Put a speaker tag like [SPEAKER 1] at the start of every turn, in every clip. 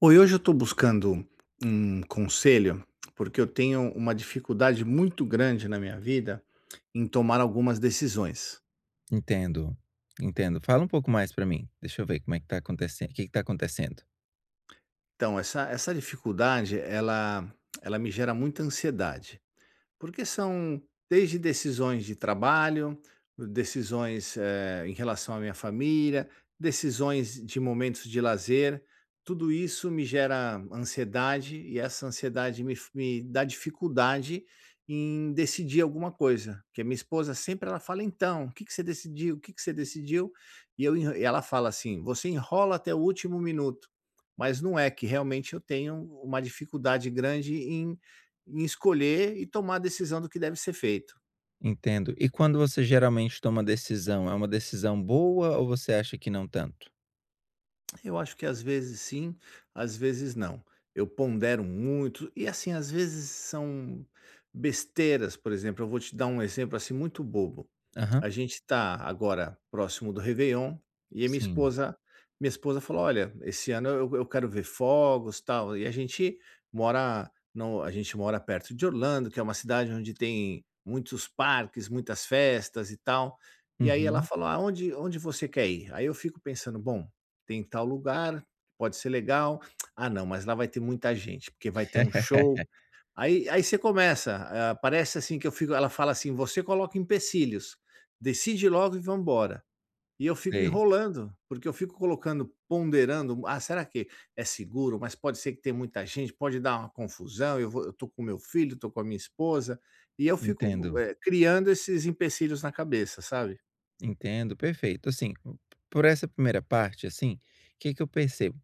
[SPEAKER 1] Oi, hoje eu estou buscando um conselho, porque eu tenho uma dificuldade muito grande na minha vida em tomar algumas decisões.
[SPEAKER 2] Entendo, entendo. Fala um pouco mais pra mim. Deixa eu ver como é que tá acontecendo, o que que tá acontecendo.
[SPEAKER 1] Então, essa dificuldade, ela me gera muita ansiedade. Porque são desde decisões de trabalho, decisões, em relação à minha família, decisões de momentos de lazer, tudo isso me gera ansiedade e essa ansiedade me dá dificuldade em decidir alguma coisa, porque minha esposa sempre ela fala: "Então, o que que você decidiu? O que que você decidiu?" E eu enro E ela fala assim: "Você enrola até o último minuto", mas não é que realmente eu tenho uma dificuldade grande em escolher e tomar a decisão do que deve ser feito.
[SPEAKER 2] Entendo. E quando você geralmente toma decisão, é uma decisão boa ou você acha que não tanto?
[SPEAKER 1] Eu acho que às vezes sim, às vezes não. Eu pondero muito e assim, às vezes são besteiras, por exemplo, eu vou te dar um exemplo assim muito bobo.
[SPEAKER 2] Aham,
[SPEAKER 1] A gente está agora próximo do Réveillon e a minha
[SPEAKER 2] sim.
[SPEAKER 1] esposa minha esposa falou: "Olha, esse ano eu quero ver fogos, tal". E a gente mora não, a gente mora perto de Orlando, que é uma cidade onde tem muitos parques, muitas festas e tal. E aí ela
[SPEAKER 2] Uhum.
[SPEAKER 1] falou: "Aonde Onde você quer ir?". Aí eu fico pensando: "Bom, tem tal lugar, pode ser legal. Ah, não, mas lá vai ter muita gente, porque vai ter um show. Aí você começa, ah, parece assim que eu fico ela fala assim: "Você coloca empecilhos, decide logo e vambora". E eu fico
[SPEAKER 2] Sei,
[SPEAKER 1] enrolando, porque eu fico colocando, ponderando: "Ah, será que é seguro? Mas pode ser que tenha muita gente, pode dar uma confusão, eu tô com meu filho, tô com a minha esposa". E eu fico,
[SPEAKER 2] entendo,
[SPEAKER 1] criando esses empecilhos na cabeça, sabe.
[SPEAKER 2] entendo, perfeito. Assim, por essa primeira parte, assim, o que que eu percebo?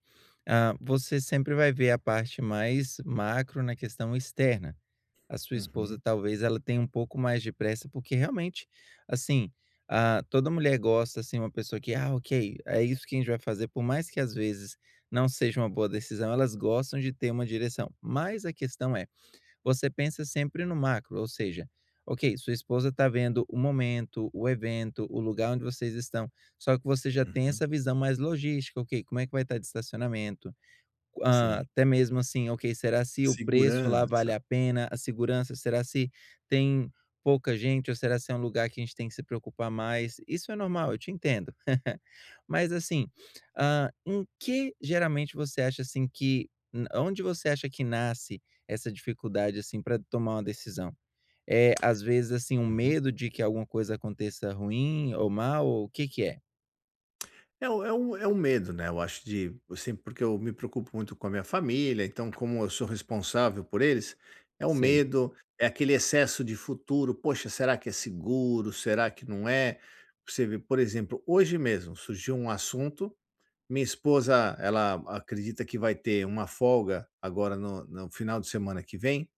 [SPEAKER 2] Ah, você sempre vai ver a parte mais macro na questão externa, a sua esposa
[SPEAKER 1] Uhum,
[SPEAKER 2] talvez ela tenha um pouco mais de pressa, porque realmente, assim, ah, toda mulher gosta, assim, uma pessoa que, ah, ok, é isso que a gente vai fazer, por mais que às vezes não seja uma boa decisão, elas gostam de ter uma direção. Mas a questão é, você pensa sempre no macro, ou seja, ok, sua esposa está vendo o momento, o evento, o lugar onde vocês estão, só que você já tem
[SPEAKER 1] uhum.
[SPEAKER 2] essa visão mais logística, ok, como é que vai estar de estacionamento? Ah,
[SPEAKER 1] Sim.
[SPEAKER 2] até mesmo assim, ok, será se o preço lá
[SPEAKER 1] Segurança.
[SPEAKER 2] vale a pena, a segurança, será se tem pouca gente ou será se é um lugar que a gente tem que se preocupar mais? Isso é normal, eu te entendo. Mas assim, ah, em que geralmente você acha assim que, onde você acha que nasce essa dificuldade assim para tomar uma decisão? É às vezes assim um
[SPEAKER 1] Uhum.
[SPEAKER 2] medo de que alguma coisa aconteça ruim ou mal, ou o que que é?
[SPEAKER 1] É um medo, né, eu acho de assim, porque eu me preocupo muito com a minha família, então como eu sou responsável por eles, é um
[SPEAKER 2] Sei.
[SPEAKER 1] medo, é aquele excesso de futuro, "Poxa, será que é seguro? Será que não é?" Você vê, por exemplo, hoje mesmo surgiu um assunto, minha esposa, ela acredita que vai ter uma folga agora no final de semana que vem,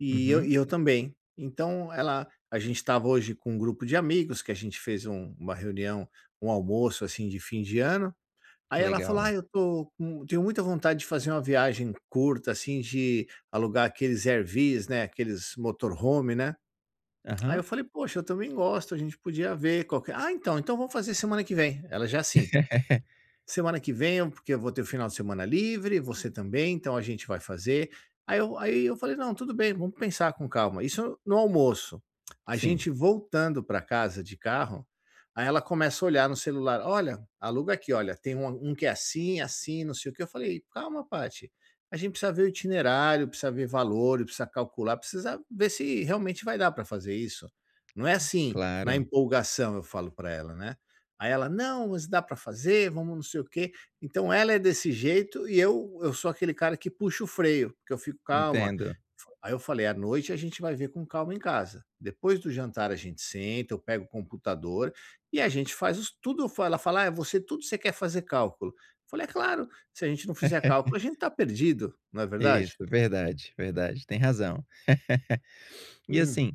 [SPEAKER 1] e eu
[SPEAKER 2] Uhum,
[SPEAKER 1] e eu também. Então ela A gente estava hoje com um grupo de amigos que a gente fez uma reunião, um almoço, assim, de fim de ano.
[SPEAKER 2] que
[SPEAKER 1] Aí ela falou: "Ah,
[SPEAKER 2] legal.
[SPEAKER 1] eu tô com tenho muita vontade de fazer uma viagem curta, assim, de alugar aqueles Airvs, né, aqueles motorhome, né". Aí eu
[SPEAKER 2] Aham.
[SPEAKER 1] falei: "Poxa, eu também gosto, a gente podia ver qualquer. "Ah, então vamos fazer semana que vem". Ela já assim, semana que vem, porque eu vou ter o final de semana livre, você também, então a gente vai fazer. Aí eu falei: "Não, tudo bem, vamos pensar com calma". Isso no almoço. A
[SPEAKER 2] Sim.
[SPEAKER 1] gente voltando para casa de carro, aí ela começa a olhar no celular: "Olha, aluga aqui, olha, tem um que é assim, assim, não sei o que. Eu falei: "Calma, Pathy, a gente precisa ver o itinerário, precisa ver valor, precisa calcular, precisa ver se realmente vai dar para fazer isso". Não é assim, na
[SPEAKER 2] Claro,
[SPEAKER 1] empolgação, eu falo para ela, né. Aí ela: "Não, mas dá para fazer, vamos não sei o quê". Então ela é desse jeito e eu sou aquele cara que puxa o freio, porque eu fico: "Calma".
[SPEAKER 2] entendo.
[SPEAKER 1] Aí eu falei: "À noite a gente vai ver com calma em casa. Depois do jantar a gente senta, eu pego o computador e a gente faz os tudo". Ela fala: "Ah, você quer fazer cálculo". Eu falei: "É claro, se a gente não fizer cálculo, a gente tá perdido, não é
[SPEAKER 2] Isso,
[SPEAKER 1] verdade?".
[SPEAKER 2] verdade, verdade, tem razão. E
[SPEAKER 1] Hum,
[SPEAKER 2] assim,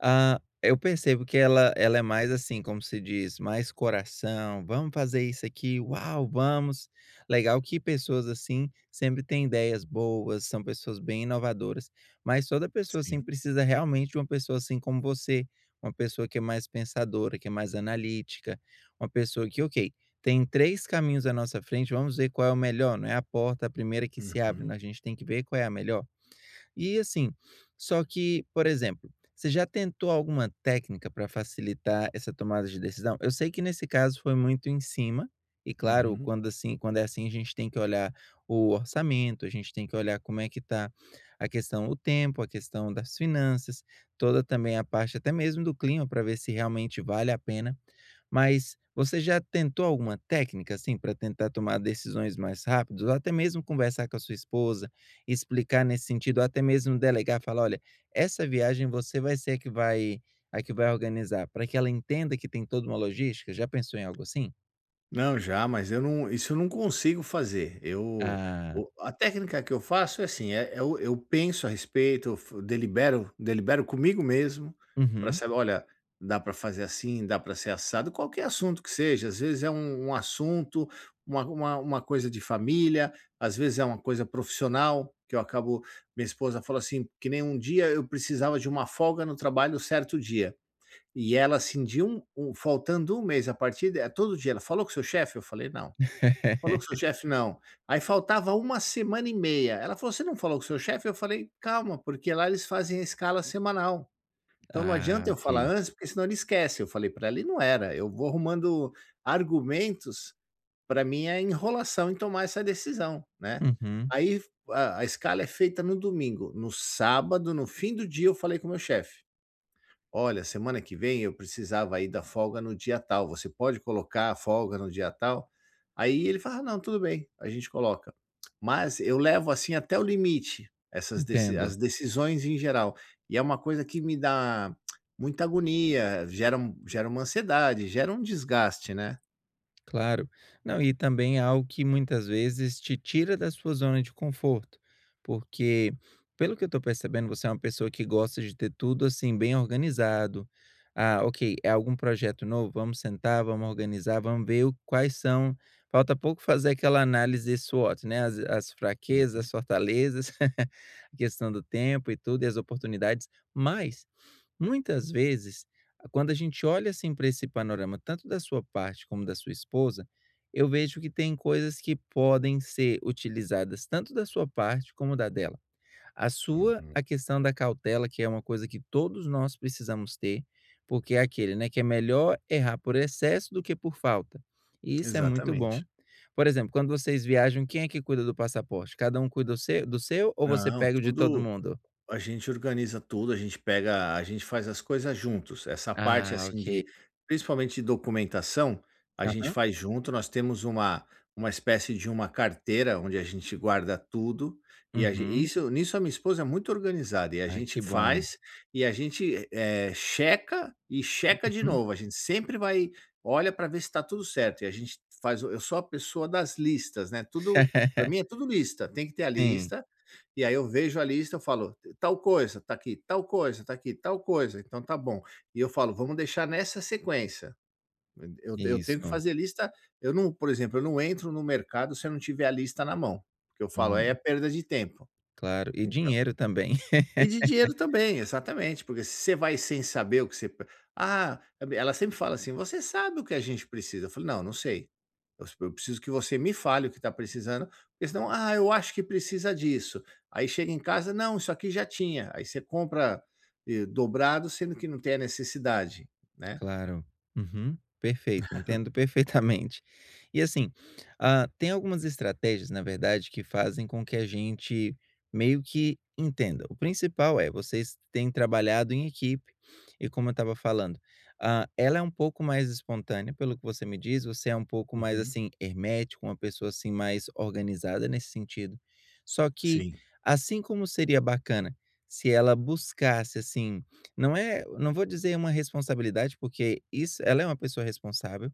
[SPEAKER 2] ah, eu percebo que ela é mais assim, como se diz, mais coração, "Vamos fazer isso aqui, uau, vamos". Legal que pessoas assim sempre têm ideias boas, são pessoas bem inovadoras, mas toda pessoa assim
[SPEAKER 1] sim.
[SPEAKER 2] precisa realmente de uma pessoa assim como você, uma pessoa que é mais pensadora, que é mais analítica, uma pessoa que, ok, tem 3 caminhos à nossa frente, vamos ver qual é o melhor, não é a porta a primeira que se abre,
[SPEAKER 1] Uhum,
[SPEAKER 2] não, a gente tem que ver qual é a melhor. E assim, só que, por exemplo, você já tentou alguma técnica para facilitar essa tomada de decisão? Eu sei que nesse caso foi muito em cima, e claro,
[SPEAKER 1] uhum.
[SPEAKER 2] quando assim, quando é assim, a gente tem que olhar o orçamento, a gente tem que olhar como é que tá a questão do tempo, a questão das finanças, toda também a parte até mesmo do clima para ver se realmente vale a pena. Mas você já tentou alguma técnica assim para tentar tomar decisões mais rápidas, ou até mesmo conversar com a sua esposa? Explicar nesse sentido, ou até mesmo delegar, falar: "Olha, essa viagem você vai ser a que vai organizar", para que ela entenda que tem toda uma logística. Já pensou em algo assim?
[SPEAKER 1] Não, já, mas eu não consigo fazer. Eu
[SPEAKER 2] Ah,
[SPEAKER 1] o A técnica que eu faço é assim, é eu penso a respeito, eu f delibero delibero comigo mesmo para
[SPEAKER 2] uhum.
[SPEAKER 1] saber: "Olha, dá para fazer assim, dá para ser assado", qualquer assunto que seja, às vezes é um assunto, uma coisa de família, às vezes é uma coisa profissional, que eu acabo minha esposa falou assim, que nem um dia eu precisava de uma folga no trabalho certo dia. E ela assim de um faltando um mês a partir de todo dia ela: "Falou com seu chefe?" Eu falei: "Não". "Falou com seu chefe?" "Não". Aí faltava uma semana e meia, ela falou: "Você não falou com seu chefe?" Eu falei: "Calma, porque lá eles fazem a escala semanal, então não
[SPEAKER 2] Ah,
[SPEAKER 1] adianta eu
[SPEAKER 2] ok.
[SPEAKER 1] falar antes, porque senão ele esquece". Eu falei para ela e não era, eu vou arrumando argumentos para minha enrolação em tomar essa decisão, né.
[SPEAKER 2] Uhum,
[SPEAKER 1] Aí a escala é feita no domingo, no sábado, no fim do dia eu falei com o meu chefe. Olha, semana que vem eu precisava aí da folga no dia tal. Você pode colocar a folga no dia tal? Aí ele fala: "Ah, "Não, tudo bem, a gente coloca". Mas eu levo, assim, até o limite essas deci as
[SPEAKER 2] entendo.
[SPEAKER 1] decisões em geral. E é uma coisa que me dá muita agonia, gera uma ansiedade, gera um desgaste, né?
[SPEAKER 2] Claro. Não, e também é algo que muitas vezes te tira da sua zona de conforto, porque pelo que eu estou percebendo, você é uma pessoa que gosta de ter tudo assim bem organizado. Ah, ok, é algum projeto novo? Vamos sentar, vamos organizar, vamos ver o- quais são. Falta pouco fazer aquela análise SWOT, né? As fraquezas,
[SPEAKER 1] Uhum,
[SPEAKER 2] as fortalezas, a questão do tempo e tudo, e as oportunidades. Mas, muitas vezes, quando a gente olha assim para esse panorama, tanto da sua parte como da sua esposa, eu vejo que tem coisas que podem ser utilizadas tanto da sua parte como da dela. A sua,
[SPEAKER 1] uhum.
[SPEAKER 2] a questão da cautela, que é uma coisa que todos nós precisamos ter, porque é aquele, né, que é melhor errar por excesso do que por falta. E isso é muito bom.
[SPEAKER 1] Exatamente.
[SPEAKER 2] Por exemplo, quando vocês viajam, quem é que cuida do passaporte? Cada um cuida do seu ou você
[SPEAKER 1] Não,
[SPEAKER 2] pega o de todo
[SPEAKER 1] tudo
[SPEAKER 2] mundo?
[SPEAKER 1] A gente organiza tudo, a gente faz as coisas juntos. Essa parte,
[SPEAKER 2] Ah,
[SPEAKER 1] assim,
[SPEAKER 2] ok.
[SPEAKER 1] de principalmente de documentação, a gente
[SPEAKER 2] Aham.
[SPEAKER 1] faz junto. Nós temos uma espécie de uma carteira onde a gente guarda tudo e a gen
[SPEAKER 2] Uhum.
[SPEAKER 1] isso nisso a minha esposa é muito organizada e a
[SPEAKER 2] Ai,
[SPEAKER 1] gente
[SPEAKER 2] que bom.
[SPEAKER 1] faz e a gente, checa e checa de novo. A gente sempre vai olha para ver se está tudo certo e a gente faz o- eu sou a pessoa das listas, né, tudo para mim é tudo lista, tem que ter a
[SPEAKER 2] Sim,
[SPEAKER 1] lista, e aí eu vejo a lista, eu falo: Tal coisa, tá aqui, tal coisa, tá aqui, tal coisa, então tá bom. E eu falo: "Vamos deixar nessa sequência". Eu tenho que
[SPEAKER 2] isso.
[SPEAKER 1] fazer lista eu não, por exemplo, eu não entro no mercado se eu não tiver a lista na mão, porque eu falo: "Aí é
[SPEAKER 2] Hum,
[SPEAKER 1] perda de tempo".
[SPEAKER 2] claro. E
[SPEAKER 1] Então
[SPEAKER 2] dinheiro também.
[SPEAKER 1] e de dinheiro também, exatamente, porque se você vai sem saber o que você p "Ah", ela sempre fala assim: "Você sabe o que a gente precisa?" Eu falo: "Não, não sei. Eu preciso que você me fale o que está precisando, porque senão, 'Ah, eu acho que precisa disso'". Aí chega em casa: "Não, isso aqui já tinha". Aí você compra, dobrado, sendo que não tem a necessidade, né.
[SPEAKER 2] Claro. Uhum. Perfeito, entendo perfeitamente. E assim, ah, tem algumas estratégias, na verdade, que fazem com que a gente meio que entenda. O principal é, vocês têm trabalhado em equipe, e como eu estava falando, ah, ela é um pouco mais espontânea, pelo que você me diz, você é um pouco mais
[SPEAKER 1] Uhum.
[SPEAKER 2] assim, hermético, uma pessoa assim mais organizada nesse sentido. Só que,
[SPEAKER 1] Sim.
[SPEAKER 2] assim como seria bacana se ela buscasse assim não é não vou dizer uma responsabilidade, porque isso ela é uma pessoa responsável,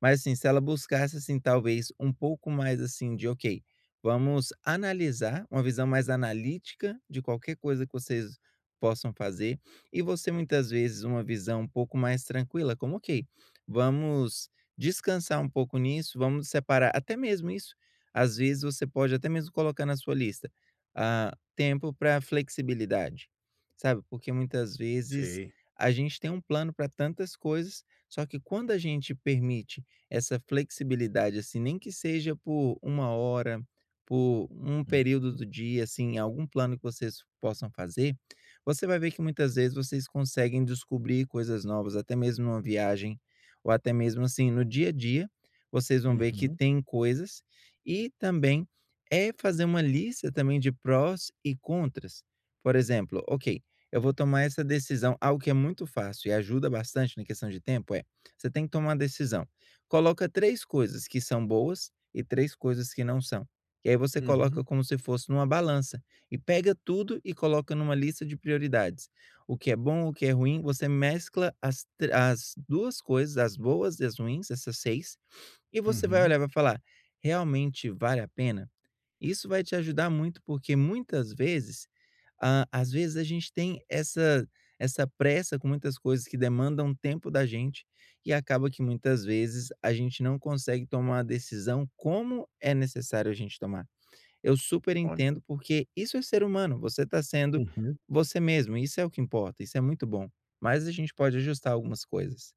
[SPEAKER 2] mas, assim, se ela buscasse, assim, talvez um pouco mais, assim, de: "Ok, vamos analisar", uma visão mais analítica de qualquer coisa que vocês possam fazer, e você muitas vezes uma visão um pouco mais tranquila, como: "Ok, vamos descansar um pouco nisso, vamos separar", até mesmo isso, às vezes você pode até mesmo colocar na sua lista, ah, tempo para flexibilidade sabe? Porque muitas vezes
[SPEAKER 1] Sei.
[SPEAKER 2] a gente tem um plano para tantas coisas, só que quando a gente permite essa flexibilidade, assim, nem que seja por uma hora, por um
[SPEAKER 1] Hum.
[SPEAKER 2] período do dia, assim, algum plano que vocês possam fazer, você vai ver que muitas vezes vocês conseguem descobrir coisas novas, até mesmo numa viagem, ou até mesmo assim, no dia a dia, vocês vão ver que
[SPEAKER 1] Uhum,
[SPEAKER 2] tem coisas, e também é fazer uma lista também de prós e contras. Por exemplo, ok, eu vou tomar essa decisão. Algo que é muito fácil e ajuda bastante na questão de tempo é, você tem que tomar uma decisão. Coloca 3 coisas que são boas e 3 coisas que não são. E aí você
[SPEAKER 1] uhum,
[SPEAKER 2] coloca como se fosse numa balança e pega tudo e coloca numa lista de prioridades. O que é bom, o que é ruim, você mescla as 2 coisas, as boas e as ruins, essas 6 e você vai
[SPEAKER 1] uhum.
[SPEAKER 2] olhar, e vai falar: "Realmente vale a pena?" Isso vai te ajudar muito, porque muitas vezes, ah, às vezes a gente tem essa pressa com muitas coisas que demandam tempo da gente e acaba que muitas vezes a gente não consegue tomar a decisão como é necessário a gente tomar. Eu super
[SPEAKER 1] Olha.
[SPEAKER 2] entendo, porque isso é ser humano, você está sendo
[SPEAKER 1] Uhum.
[SPEAKER 2] você mesmo, isso é o que importa, isso é muito bom, mas a gente pode ajustar algumas coisas.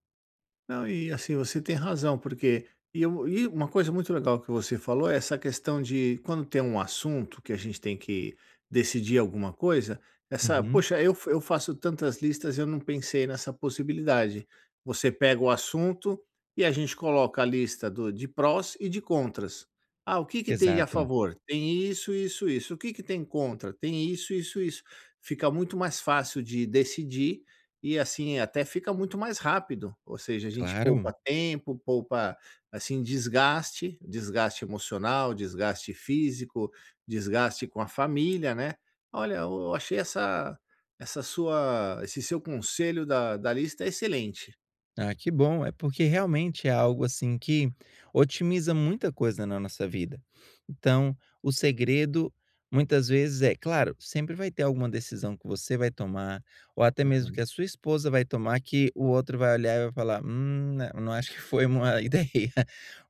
[SPEAKER 1] Não, e assim, você tem razão, porque e uma coisa muito legal que você falou é essa questão de quando tem um assunto que a gente tem que decidir alguma coisa, essa,
[SPEAKER 2] Uhum,
[SPEAKER 1] poxa, eu faço tantas listas, eu não pensei nessa possibilidade. Você pega o assunto e a gente coloca a lista de prós e de contras. Ah, o que que tem a
[SPEAKER 2] exato,
[SPEAKER 1] favor? Tem isso, isso, isso. O que que tem contra? Tem isso, isso, isso. Fica muito mais fácil de decidir e assim, até fica muito mais rápido, ou seja, a gente poupa
[SPEAKER 2] claro.
[SPEAKER 1] tempo, poupa, assim, desgaste, desgaste emocional, desgaste físico, desgaste com a família, né. Olha, eu achei essa essa sua esse seu conselho da lista excelente.
[SPEAKER 2] Ah, que bom. É porque realmente é algo assim que otimiza muita coisa na nossa vida. Então, o segredo muitas vezes é, claro, sempre vai ter alguma decisão que você vai tomar, ou até mesmo que a
[SPEAKER 1] Uhum.
[SPEAKER 2] sua esposa vai tomar, que o outro vai olhar e vai falar: né, não acho que foi uma ideia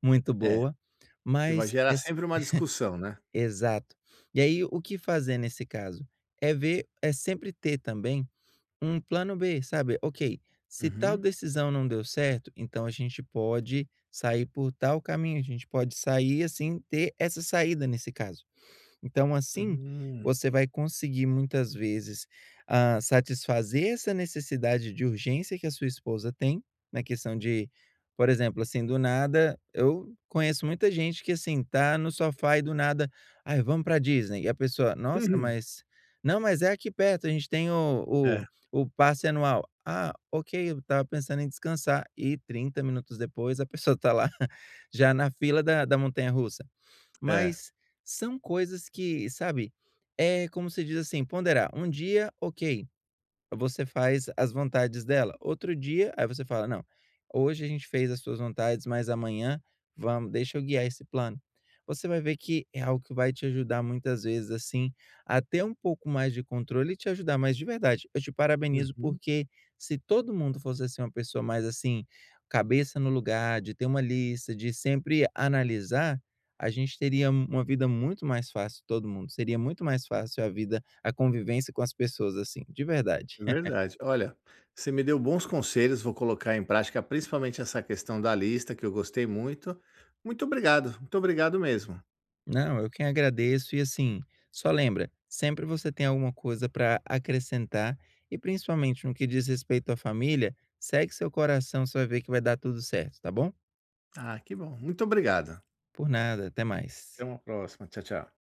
[SPEAKER 2] muito
[SPEAKER 1] É,
[SPEAKER 2] boa.
[SPEAKER 1] que vai
[SPEAKER 2] Mas,
[SPEAKER 1] gerar
[SPEAKER 2] es-
[SPEAKER 1] sempre uma discussão, né.
[SPEAKER 2] Exato. E aí, o que fazer nesse caso? É ver, é sempre ter também um plano B, sabe? Ok, se tal
[SPEAKER 1] Uhum.
[SPEAKER 2] decisão não deu certo, então a gente pode sair por tal caminho, a gente pode sair assim, ter essa saída nesse caso. Então, assim,
[SPEAKER 1] Hum.
[SPEAKER 2] você vai conseguir muitas vezes, ah, satisfazer essa necessidade de urgência que a sua esposa tem, na questão de, por exemplo, assim, do nada eu conheço muita gente que, assim, tá no sofá e do nada: "Ai, vamos pra Disney", e a pessoa: "Nossa, mas não, mas é aqui perto, a gente tem
[SPEAKER 1] É,
[SPEAKER 2] o passe anual". "Ah, ok, eu estava pensando em descansar", e 30 minutos depois a pessoa tá lá já na fila da montanha-russa.
[SPEAKER 1] é.
[SPEAKER 2] Mas são coisas que, sabe, é como se diz assim, ponderar. Um dia, ok, você faz as vontades dela. Outro dia, aí você fala: "Não, hoje a gente fez as suas vontades, mas amanhã vamos deixa eu guiar esse plano". Você vai ver que é algo que vai te ajudar muitas vezes, assim, a ter um pouco mais de controle e te ajudar, mais de verdade, eu te parabenizo,
[SPEAKER 1] Uhum.
[SPEAKER 2] porque se todo mundo fosse assim, uma pessoa mais assim, cabeça no lugar, de ter uma lista, de sempre analisar, a gente teria uma vida muito mais fácil todo mundo, seria muito mais fácil a vida a convivência com as pessoas, assim, de verdade.
[SPEAKER 1] É Verdade. Olha, você me deu bons conselhos, vou colocar em prática, principalmente essa questão da lista, que eu gostei muito. Muito obrigado mesmo.
[SPEAKER 2] Não, eu quem agradeço e assim, só lembra, sempre você tem alguma coisa para acrescentar e principalmente no que diz respeito à família, segue seu coração, você vai ver que vai dar tudo certo, tá bom?
[SPEAKER 1] Ah, que bom. Muito obrigado.
[SPEAKER 2] Por nada, até
[SPEAKER 1] Até
[SPEAKER 2] mais.
[SPEAKER 1] uma próxima. Tchau, tchau.